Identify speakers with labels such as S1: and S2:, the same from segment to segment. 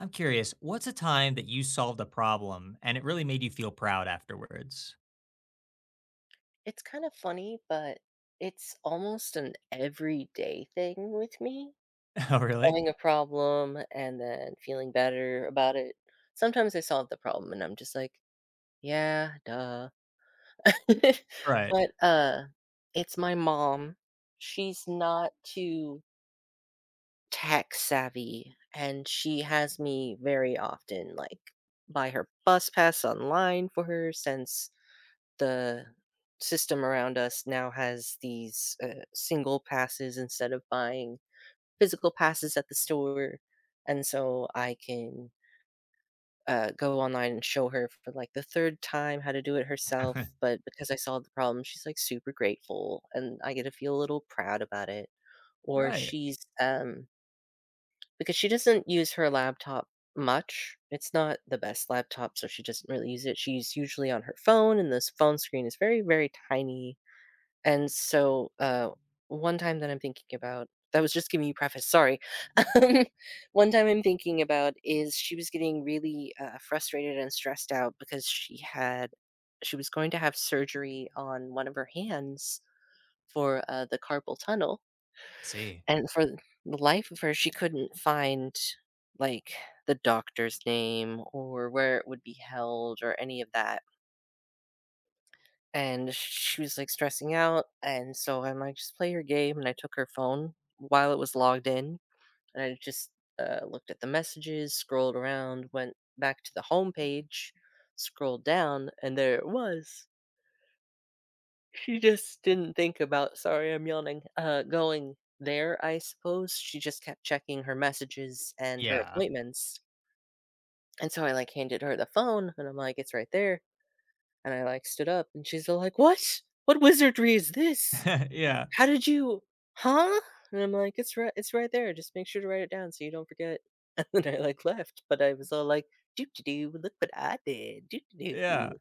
S1: I'm curious, what's a time that you solved a problem and it really made you feel proud afterwards?
S2: It's kind of funny, but it's almost an everyday thing with me.
S1: Oh, really?
S2: Solving a problem and then feeling better about it. Sometimes I solve the problem and I'm just like, yeah, duh.
S1: Right.
S2: But it's my mom. She's not too tech savvy, and she has me very often like buy her bus pass online for her since the system around us now has these, single passes instead of buying physical passes at the store, and so I can, go online and show her for, like, the 3rd time how to do it herself. But because I solved the problem, she's, like, super grateful, and I get to feel a little proud about it. Or
S1: Right.
S2: she's, um because she doesn't use her laptop much, it's not the best laptop, so she doesn't really use it. She's usually on her phone, and this phone screen is very, very tiny. And so one time that I'm thinking about, that was just giving you preface, sorry. Um, one time I'm thinking about is she was getting really, frustrated and stressed out because she was going to have surgery on one of her hands for, the carpal tunnel,
S1: See.
S2: and for the life of her, she couldn't find, like, the doctor's name or where it would be held or any of that. And she was like stressing out, and so I'm like, just play your game. And I took her phone while it was logged in, and I just looked at the messages, scrolled around, went back to the home page, scrolled down, and there it was. She just didn't think about, sorry, I'm yawning, going there. I suppose she just kept checking her messages and her
S1: Yeah.
S2: appointments. And so I like handed her the phone, and I'm like, it's right there. And I like stood up, and she's all like, what wizardry is this?
S1: Yeah.
S2: "How did you, huh?" And I'm like, it's right there, just make sure to write it down so you don't forget." And then I, like, left, but I was all like, doo doo doo. Look what I did, doo doo
S1: Yeah.
S2: doo.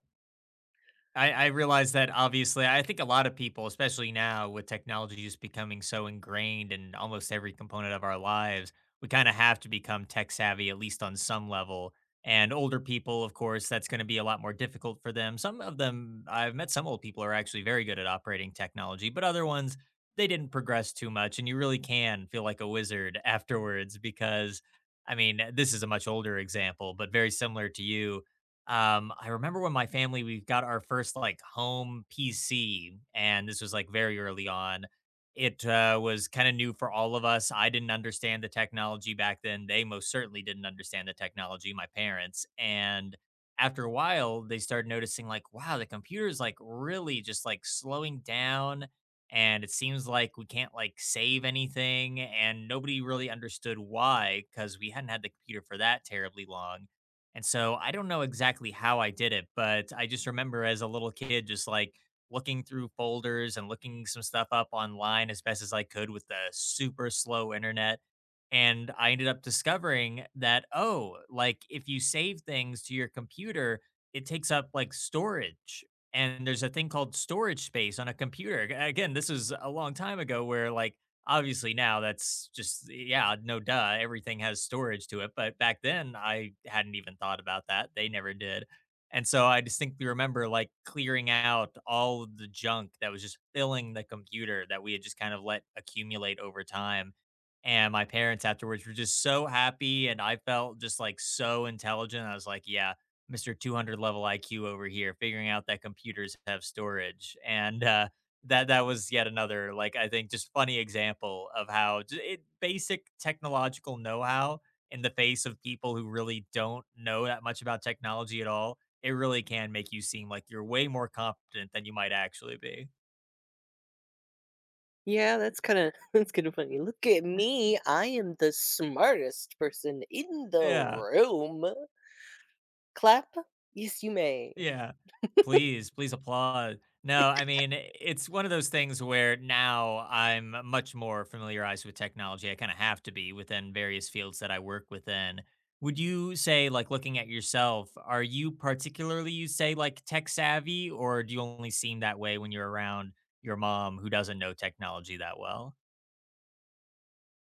S1: I realize that obviously I think a lot of people, especially now with technology just becoming so ingrained in almost every component of our lives, we kind of have to become tech savvy, at least on some level. And older people, of course, that's going to be a lot more difficult for them. Some of them, I've met some old people who are actually very good at operating technology, but other ones, they didn't progress too much. And you really can feel like a wizard afterwards because, I mean, this is a much older example, but very similar to you. I remember when my family we got our first like home PC, and this was like very early on. It was kind of new for all of us. I didn't understand the technology back then. They most certainly didn't understand the technology, my parents. And after a while, they started noticing like, wow, the computer's like really just like slowing down. And it seems like we can't like save anything. And nobody really understood why because we hadn't had the computer for that terribly long, and so I don't know exactly how I did it, but I just remember as a little kid just like looking through folders and looking some stuff up online as best as I could with the super slow internet. And I ended up discovering that, oh, like if you save things to your computer, it takes up like storage. And there's a thing called storage space on a computer. Again, this was a long time ago where, like, obviously now that's just, yeah, no duh, everything has storage to it, but back then I hadn't even thought about that, they never did, and so I distinctly remember, like, clearing out all of the junk that was just filling the computer that we had just kind of let accumulate over time, and my parents afterwards were just so happy, and I felt just, like, so intelligent. I was like, "Yeah, Mr. 200 level IQ over here, figuring out that computers have storage," and, that was yet another, like, I think just funny example of how j it basic technological know-how in the face of people who really don't know that much about technology at all, it really can make you seem like you're way more competent than you might actually be.
S2: Yeah, that's kinda that's kinda funny. "Look at me, I am the smartest person in the
S1: Yeah.
S2: room. Clap, yes you may."
S1: Yeah. Please, please applaud. No, I mean, it's one of those things where now I'm much more familiarized with technology. I kinda have to be within various fields that I work within. Would you say, like, looking at yourself, are you particularly, you say, like, tech savvy, or do you only seem that way when you're around your mom who doesn't know technology that well?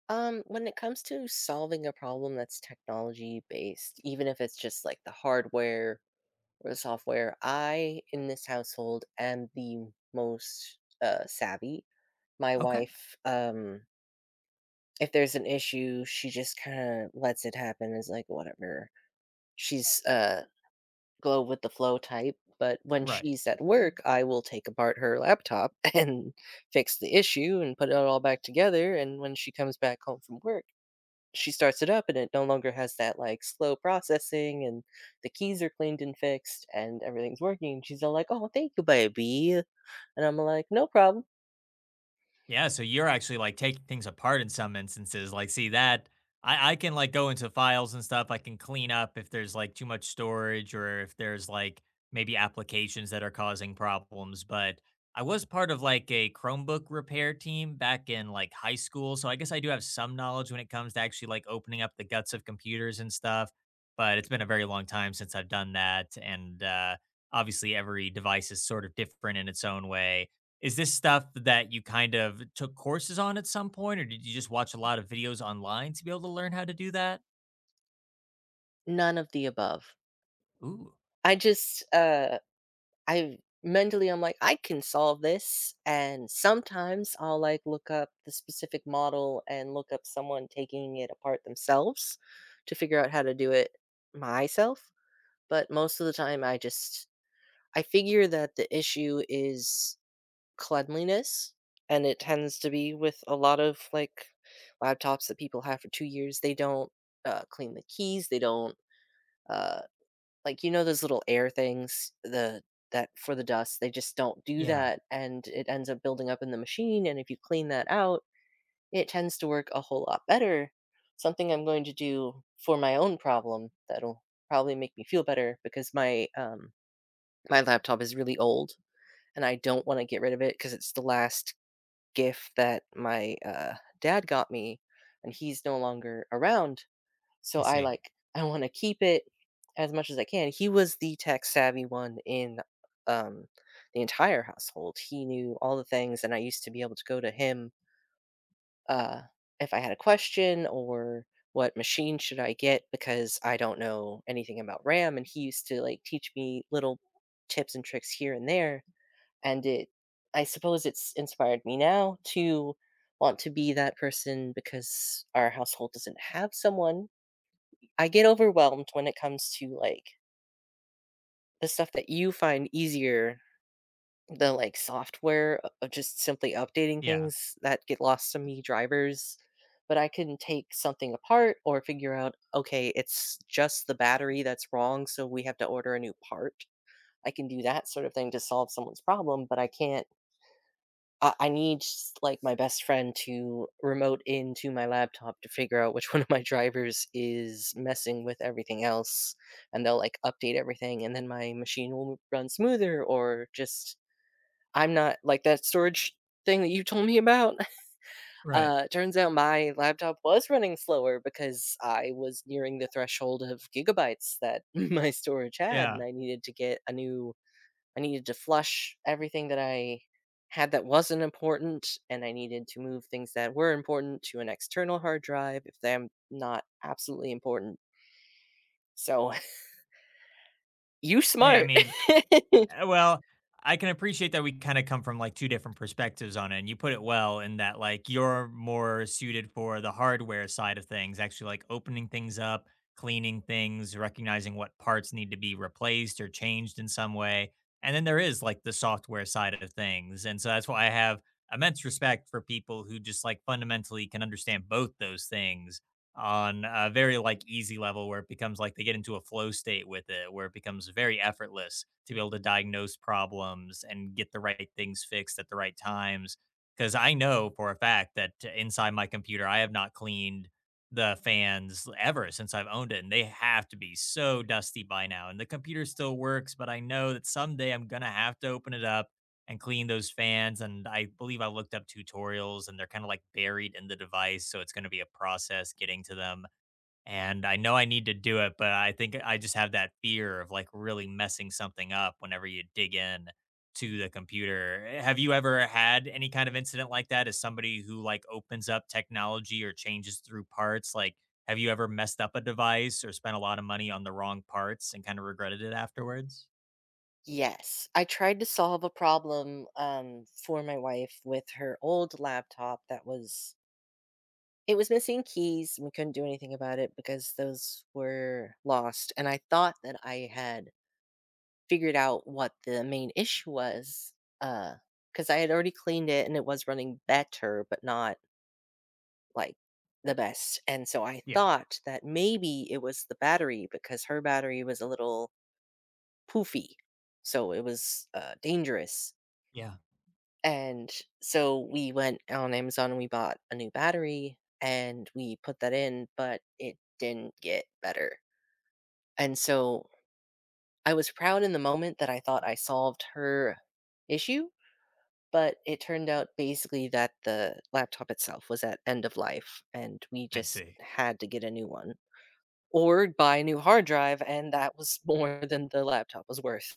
S2: When it comes to solving a problem that's technology based, even if it's just like the hardware or the software, I in this household am the most savvy. My
S1: Okay.
S2: wife, if there's an issue, she just kinda lets it happen, is like, "Whatever." She's, go with the flow type, but when
S1: Right.
S2: she's at work, I will take apart her laptop and fix the issue and put it all back together, and when she comes back home from work, she starts it up, and it no longer has that, like, slow processing, and the keys are cleaned and fixed, and everything's working. She's all like, "Oh, thank you, baby." And I'm like, "No problem."
S1: Yeah, so you're actually like taking things apart in some instances. Like, see that I can like go into files and stuff. I can clean up if there's like too much storage or if there's like maybe applications that are causing problems. But I was part of like a Chromebook repair team back in like high school, so I guess I do have some knowledge when it comes to actually like opening up the guts of computers and stuff. But it's been a very long time since I've done that, and obviously every device is sort of different in its own way. Is this stuff that you kind of took courses on at some point, or did you just watch a lot of videos online to be able to learn how to do that?
S2: None of the above.
S1: Ooh,
S2: I just, uh I mentally I'm like, "I can solve this," and sometimes I'll, like, look up the specific model and look up someone taking it apart themselves to figure out how to do it myself. But most of the time I just I figure that the issue is cleanliness, and it tends to be with a lot of, like, laptops that people have for 2 years, they don't, clean the keys, they don't, uh like, you know those little air things, the that for the dust, they just don't do
S1: yeah,
S2: that, and it ends up building up in the machine, and if you clean that out, it tends to work a whole lot better. Something I'm going to do for my own problem that'll probably make me feel better, because my laptop is really old, and I don't wanna get rid of it because it's the last gift that my, dad got me, and he's no longer around.
S1: I
S2: So I
S1: see.
S2: like I want to keep it as much as I can. He was the tech savvy one in um the entire household. He knew all the things, and I used to be able to go to him uh if I had a question, or what machine should I get, because I don't know anything about RAM. And he used to like teach me little tips and tricks here and there, and it I suppose it's inspired me now to want to be that person, because our household doesn't have someone. I get overwhelmed when it comes to, like, the stuff that you find easier, the, like, software o of just simply updating
S1: Yeah,
S2: things that get lost to me, drivers, but I can take something apart or figure out, "Okay, it's just the battery that's wrong, so we have to order a new part." I can do that sort of thing to solve someone's problem, but I can't I need s like, my best friend to remote into my laptop to figure out which one of my drivers is messing with everything else, and they'll, like, update everything, and then my machine will run smoother. Or just I'm not like, that storage thing that you told me about,
S1: right.
S2: turns out my laptop was running slower because I was nearing the threshold of gigabytes that my storage had,
S1: Yeah.
S2: and I needed to get a new I needed to flush everything that I had that wasn't important, and I needed to move things that were important to an external hard drive if they're not absolutely important. So, you
S1: Hey, I
S2: smart.
S1: mean, Well, I can appreciate that we kinda come from, like, two different perspectives on it, and you put it well in that, like, you're more suited for the hardware side of things, actually, like, opening things up, cleaning things, recognizing what parts need to be replaced or changed in some way, and then there is, like, the software side of things, and so that's why I have immense respect for people who just, like, fundamentally can understand both those things, on a very like easy level where it becomes like they get into a flow state with it where it becomes very effortless to be able to diagnose problems and get the right things fixed at the right times because I know for a fact that inside my computer I have not cleaned the fans ever since I've owned it, and they have to be so dusty by now, and the computer still works, but I know that someday I'm gonna have to open it up and clean those fans. And I believe I looked up tutorials and they're kind of like buried in the device. So it's going to be a process getting to them. And I know I need to do it, but I think I just have that fear of like really messing something up whenever you dig in to the computer. Have you ever had any kind of incident like that as somebody who like opens up technology or changes through parts? Like, have you ever messed up a device or spent a lot of money on the wrong parts and kind of regretted it afterwards?
S2: Yes, I tried to solve a problem, for my wife with her old laptop that was it was missing keys, and we couldn't do anything about it because those were lost, and I thought that I had figured out what the main issue was, because I had already cleaned it and it was running better, but not, like, the best, and so I
S1: Yeah.
S2: thought that maybe it was the battery, because her battery was a little poofy, so it was, dangerous.
S1: Yeah.
S2: And so we went on Amazon and we bought a new battery and we put that in, but it didn't get better. And so I was proud in the moment that I thought I solved her issue, but it turned out basically that the laptop itself was at end of life, and we
S1: I
S2: just
S1: see.
S2: had to get a new one or buy a new hard drive. And that was more than the laptop was worth.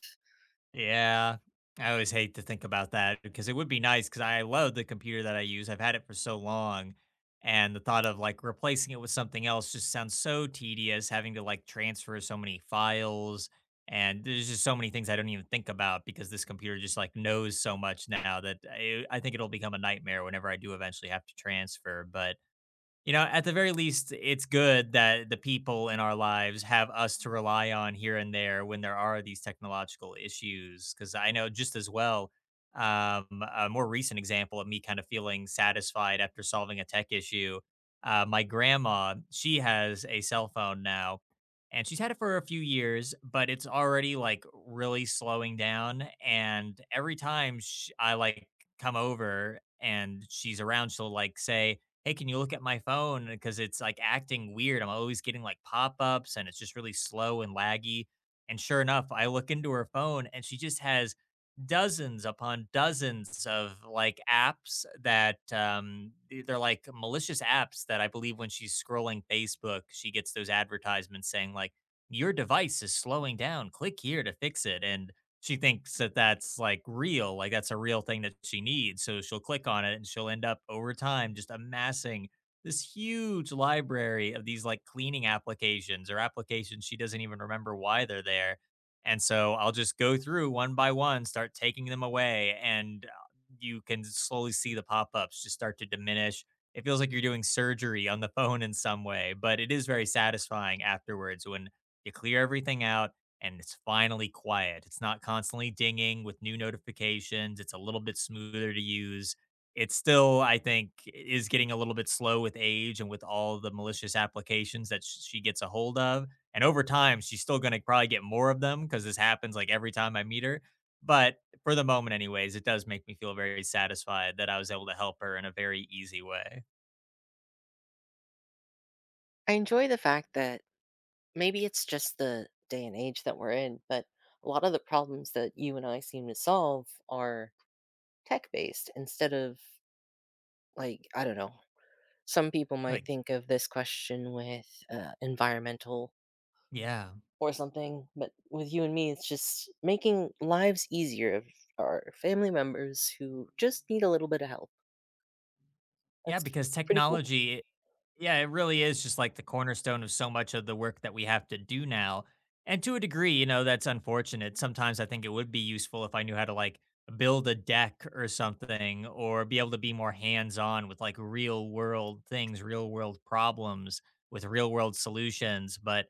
S1: Yeah. I always hate to think about that because it would be nice because I love the computer that I use. I've had it for so long. And the thought of like replacing it with something else just sounds so tedious, having to like transfer so many files. And there's just so many things I don't even think about because this computer just like knows so much now that I think it'll become a nightmare whenever I do eventually have to transfer. But you know, at the very least, it's good that the people in our lives have us to rely on here and there when there are these technological issues. Because I know just as well, um, a more recent example of me kind of feeling satisfied after solving a tech issue. My grandma, she has a cell phone now, and she's had it for a few years, but it's already like really slowing down. And every time sh I like come over and she's around, she'll like say, hey, can you look at my phone? Because it's like acting weird. I'm always getting like pop ups and it's just really slow and laggy. And sure enough, I look into her phone and she just has dozens upon dozens of like apps that they're like malicious apps that I believe when she's scrolling Facebook, she gets those advertisements saying like your device is slowing down. Click here to fix it. And she thinks that that's like real, like that's a real thing that she needs. So she'll click on it and she'll end up over time just amassing this huge library of these like cleaning applications or applications she doesn't even remember why they're there. And so I'll just go through one by one, start taking them away, and you can slowly see the pop ups just start to diminish. It feels like you're doing surgery on the phone in some way, but it is very satisfying afterwards when you clear everything out and it's finally quiet. It's not constantly dinging with new notifications. It's a little bit smoother to use. It's still, I think, is getting a little bit slow with age and with all the malicious applications that she gets a hold of. And over time, she's still going to probably get more of them because this happens like every time I meet her. But for the moment, anyways, it does make me feel very satisfied that I was able to help her in a very easy way.
S2: I enjoy the fact that maybe it's just the day and age that we're in, but a lot of the problems that you and I seem to solve are tech based instead of like, I don't know. Some people might
S1: Like,
S2: think of this question with environmental
S1: yeah.
S2: or something, but with you and me, it's just making lives easier of our family members who just need a little bit of help.
S1: Yeah,
S2: That's
S1: because
S2: pretty cool.
S1: technology. Yeah, it really is just like the cornerstone of so much of the work that we have to do now. And to a degree, you know, that's unfortunate. Sometimes I think it would be useful if I knew how to like build a deck or something or be able to be more hands-on with like real world things, real world problems with real world solutions, but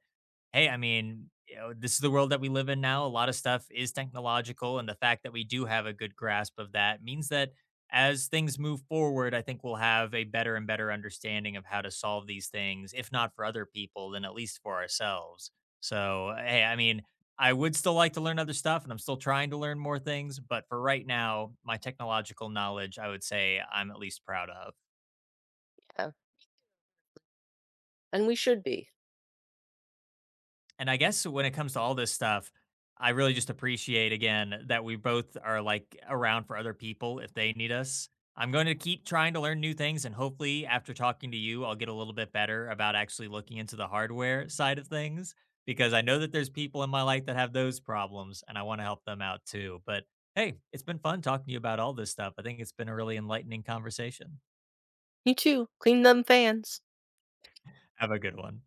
S1: hey, I mean, you know, this is the world that we live in now. A lot of stuff is technological, and the fact that we do have a good grasp of that means that as things move forward, I think we'll have a better and better understanding of how to solve these things, if not for other people, then at least for ourselves. So, hey, I mean, I would still like to learn other stuff, and I'm still trying to learn more things. But for right now, my technological knowledge, I would say I'm at least proud of.
S2: Yeah. And we should be.
S1: And I guess when it comes to all this stuff, I really just appreciate again that we both are like around for other people if they need us. I'm going to keep trying to learn new things and hopefully after talking to you, I'll get a little bit better about actually looking into the hardware side of things because I know that there's people in my life that have those problems and I want to help them out too. But hey, it's been fun talking to you about all this stuff. I think it's been a really enlightening conversation.
S2: You too. Clean them fans.
S1: Have a good one.